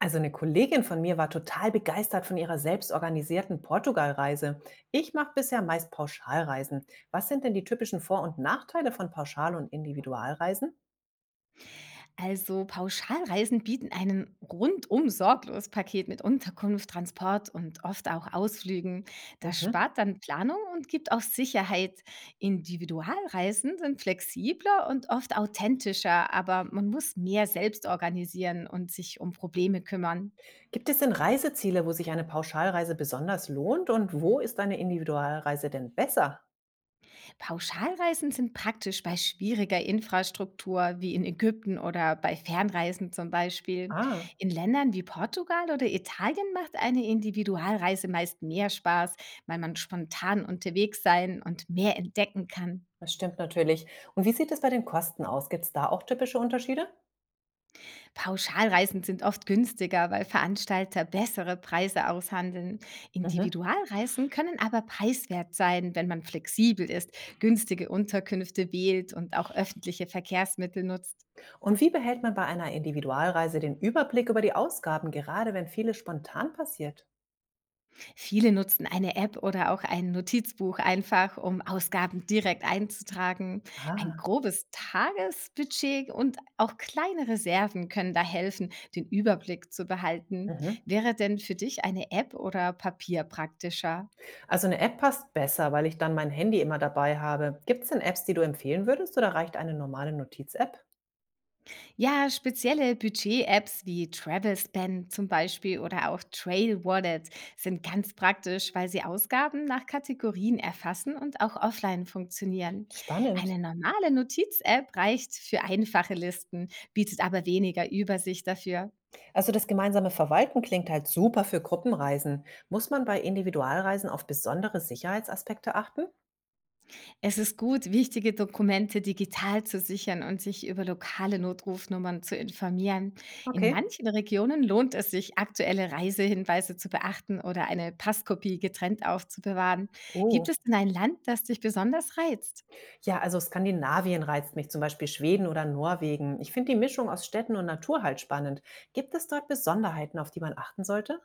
Also eine Kollegin von mir war total begeistert von ihrer selbstorganisierten Portugalreise. Ich mache bisher meist Pauschalreisen. Was sind denn die typischen Vor- und Nachteile von Pauschal- und Individualreisen? Also Pauschalreisen bieten einen rundum sorglos Paket mit Unterkunft, Transport und oft auch Ausflügen. Das Mhm. spart dann Planung und gibt auch Sicherheit. Individualreisen sind flexibler und oft authentischer, aber man muss mehr selbst organisieren und sich um Probleme kümmern. Gibt es denn Reiseziele, wo sich eine Pauschalreise besonders lohnt und wo ist eine Individualreise denn besser? Pauschalreisen sind praktisch bei schwieriger Infrastruktur wie in Ägypten oder bei Fernreisen zum Beispiel. Ah, In Ländern wie Portugal oder Italien macht eine Individualreise meist mehr Spaß, weil man spontan unterwegs sein und mehr entdecken kann. das stimmt natürlich. Und wie sieht es bei den Kosten aus? Gibt es da auch typische Unterschiede? Pauschalreisen sind oft günstiger, weil Veranstalter bessere Preise aushandeln. Mhm. Individualreisen können aber preiswert sein, wenn man flexibel ist, günstige Unterkünfte wählt und auch öffentliche Verkehrsmittel nutzt. Und wie behält man bei einer Individualreise den Überblick über die Ausgaben, gerade wenn vieles spontan passiert? Viele nutzen eine App oder auch ein Notizbuch einfach, um Ausgaben direkt einzutragen. Ein Ah, grobes Tagesbudget und auch kleine Reserven können da helfen, den Überblick zu behalten. mhm. Wäre denn für dich eine App oder Papier praktischer? Also eine App passt besser, weil ich dann mein Handy immer dabei habe. Gibt es denn Apps, die du empfehlen würdest oder reicht eine normale Notiz-App? Ja, spezielle Budget-Apps wie TravelSpan zum Beispiel oder auch Trail Wallet sind ganz praktisch, weil sie Ausgaben nach Kategorien erfassen und auch offline funktionieren. Spannend. Eine normale Notiz-App reicht für einfache Listen, bietet aber weniger Übersicht dafür. Also das gemeinsame Verwalten klingt halt super für Gruppenreisen. Muss man bei Individualreisen auf besondere Sicherheitsaspekte achten? Es ist gut, wichtige Dokumente digital zu sichern und sich über lokale Notrufnummern zu informieren. In Okay. manchen Regionen lohnt es sich, aktuelle Reisehinweise zu beachten oder eine Passkopie getrennt aufzubewahren. Gibt Oh. es denn ein Land, das dich besonders reizt? Ja, also Skandinavien reizt mich, zum Beispiel Schweden oder Norwegen. Ich finde die Mischung aus Städten und Natur halt spannend. Gibt es dort Besonderheiten, auf die man achten sollte?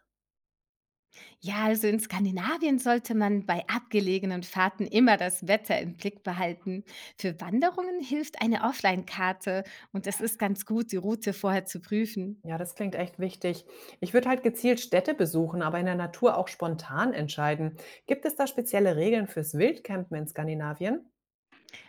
Ja, also in Skandinavien sollte man bei abgelegenen Fahrten immer das Wetter im Blick behalten. Für Wanderungen hilft eine Offline-Karte und es ist ganz gut, die Route vorher zu prüfen. Ja, das klingt echt wichtig. Ich würde halt gezielt Städte besuchen, aber in der Natur auch spontan entscheiden. Gibt es da spezielle Regeln fürs Wildcampen in Skandinavien?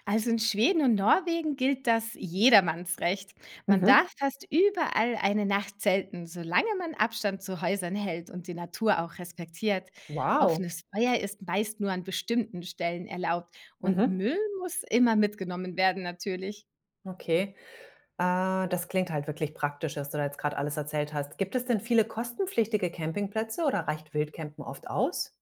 Also in Schweden und Norwegen gilt das Jedermannsrecht. Man Mhm. darf fast überall eine Nacht zelten, solange man Abstand zu Häusern hält und die Natur auch respektiert. Wow. Offenes Feuer ist meist nur an bestimmten Stellen erlaubt und Mhm. Müll muss immer mitgenommen werden natürlich. Okay. Das klingt halt wirklich praktisch, was du da jetzt gerade alles erzählt hast. Gibt es denn viele kostenpflichtige Campingplätze oder reicht Wildcampen oft aus?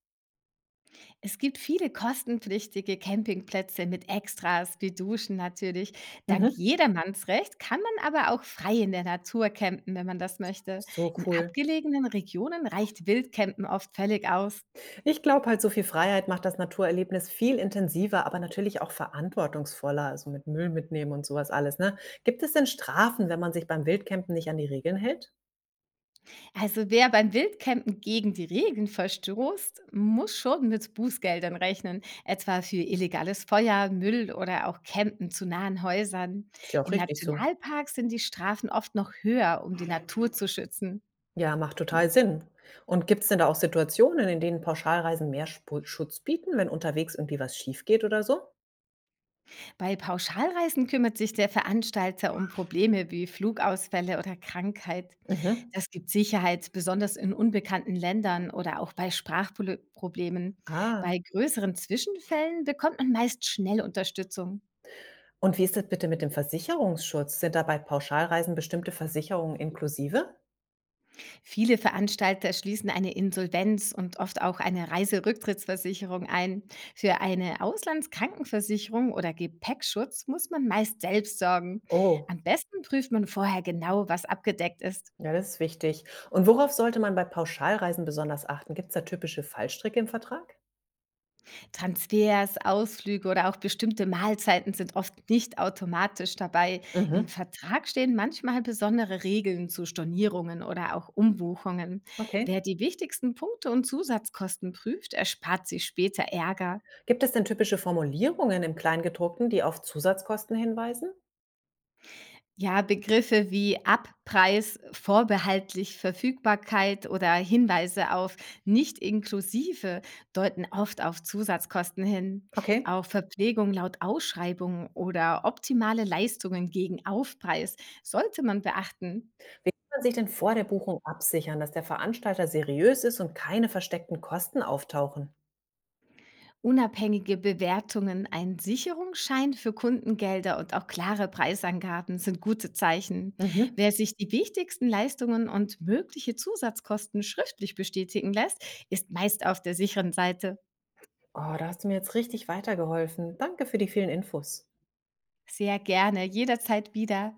Es gibt viele kostenpflichtige Campingplätze mit Extras wie Duschen natürlich. Dank Mhm. Jedermannsrecht kann man aber auch frei in der Natur campen, wenn man das möchte. So In cool. abgelegenen Regionen reicht Wildcampen oft völlig aus. Ich glaube halt, so viel Freiheit macht das Naturerlebnis viel intensiver, aber natürlich auch verantwortungsvoller, also mit Müll mitnehmen und sowas alles, ne? Gibt es denn Strafen, wenn man sich beim Wildcampen nicht an die Regeln hält? Also wer beim Wildcampen gegen die Regeln verstoßt, muss schon mit Bußgeldern rechnen, etwa für illegales Feuer, Müll oder auch Campen zu nahen Häusern. Ist ja auch In richtig so. Nationalparks sind die Strafen oft noch höher, um die Natur zu schützen. Ja, macht total Sinn. Und gibt es denn da auch Situationen, in denen Pauschalreisen mehr Spu Schutz bieten, wenn unterwegs irgendwie was schief geht oder so? Bei Pauschalreisen kümmert sich der Veranstalter um Probleme wie Flugausfälle oder Krankheit. Mhm. Das gibt Sicherheit, besonders in unbekannten Ländern oder auch bei Sprachproblemen. Ah. Bei größeren Zwischenfällen bekommt man meist schnell Unterstützung. Und wie ist das bitte mit dem Versicherungsschutz? Sind da bei Pauschalreisen bestimmte Versicherungen inklusive? Viele Veranstalter schließen eine Insolvenz und oft auch eine Reiserücktrittsversicherung ein. Für eine Auslandskrankenversicherung oder Gepäckschutz muss man meist selbst sorgen. Oh. Am besten prüft man vorher genau, was abgedeckt ist. Ja, das ist wichtig. Und worauf sollte man bei Pauschalreisen besonders achten? Gibt es da typische Fallstricke im Vertrag? Transfers, Ausflüge oder auch bestimmte Mahlzeiten sind oft nicht automatisch dabei. Im Mhm, Vertrag stehen manchmal besondere Regeln zu Stornierungen oder auch Umbuchungen. Wer okay. die wichtigsten Punkte und Zusatzkosten prüft, erspart sich später Ärger. Gibt es denn typische Formulierungen im Kleingedruckten, die auf Zusatzkosten hinweisen? Ja, Begriffe wie Abpreis, vorbehaltlich Verfügbarkeit oder Hinweise auf nicht inklusive deuten oft auf Zusatzkosten hin. Okay. Auch Verpflegung laut Ausschreibung oder optimale Leistungen gegen Aufpreis sollte man beachten. Wie kann man sich denn vor der Buchung absichern, dass der Veranstalter seriös ist und keine versteckten Kosten auftauchen? Unabhängige Bewertungen, ein Sicherungsschein für Kundengelder und auch klare Preisangaben sind gute Zeichen. Mhm. Wer sich die wichtigsten Leistungen und mögliche Zusatzkosten schriftlich bestätigen lässt, ist meist auf der sicheren Seite. Oh, da hast du mir jetzt richtig weitergeholfen. Danke für die vielen Infos. Sehr gerne, jederzeit wieder.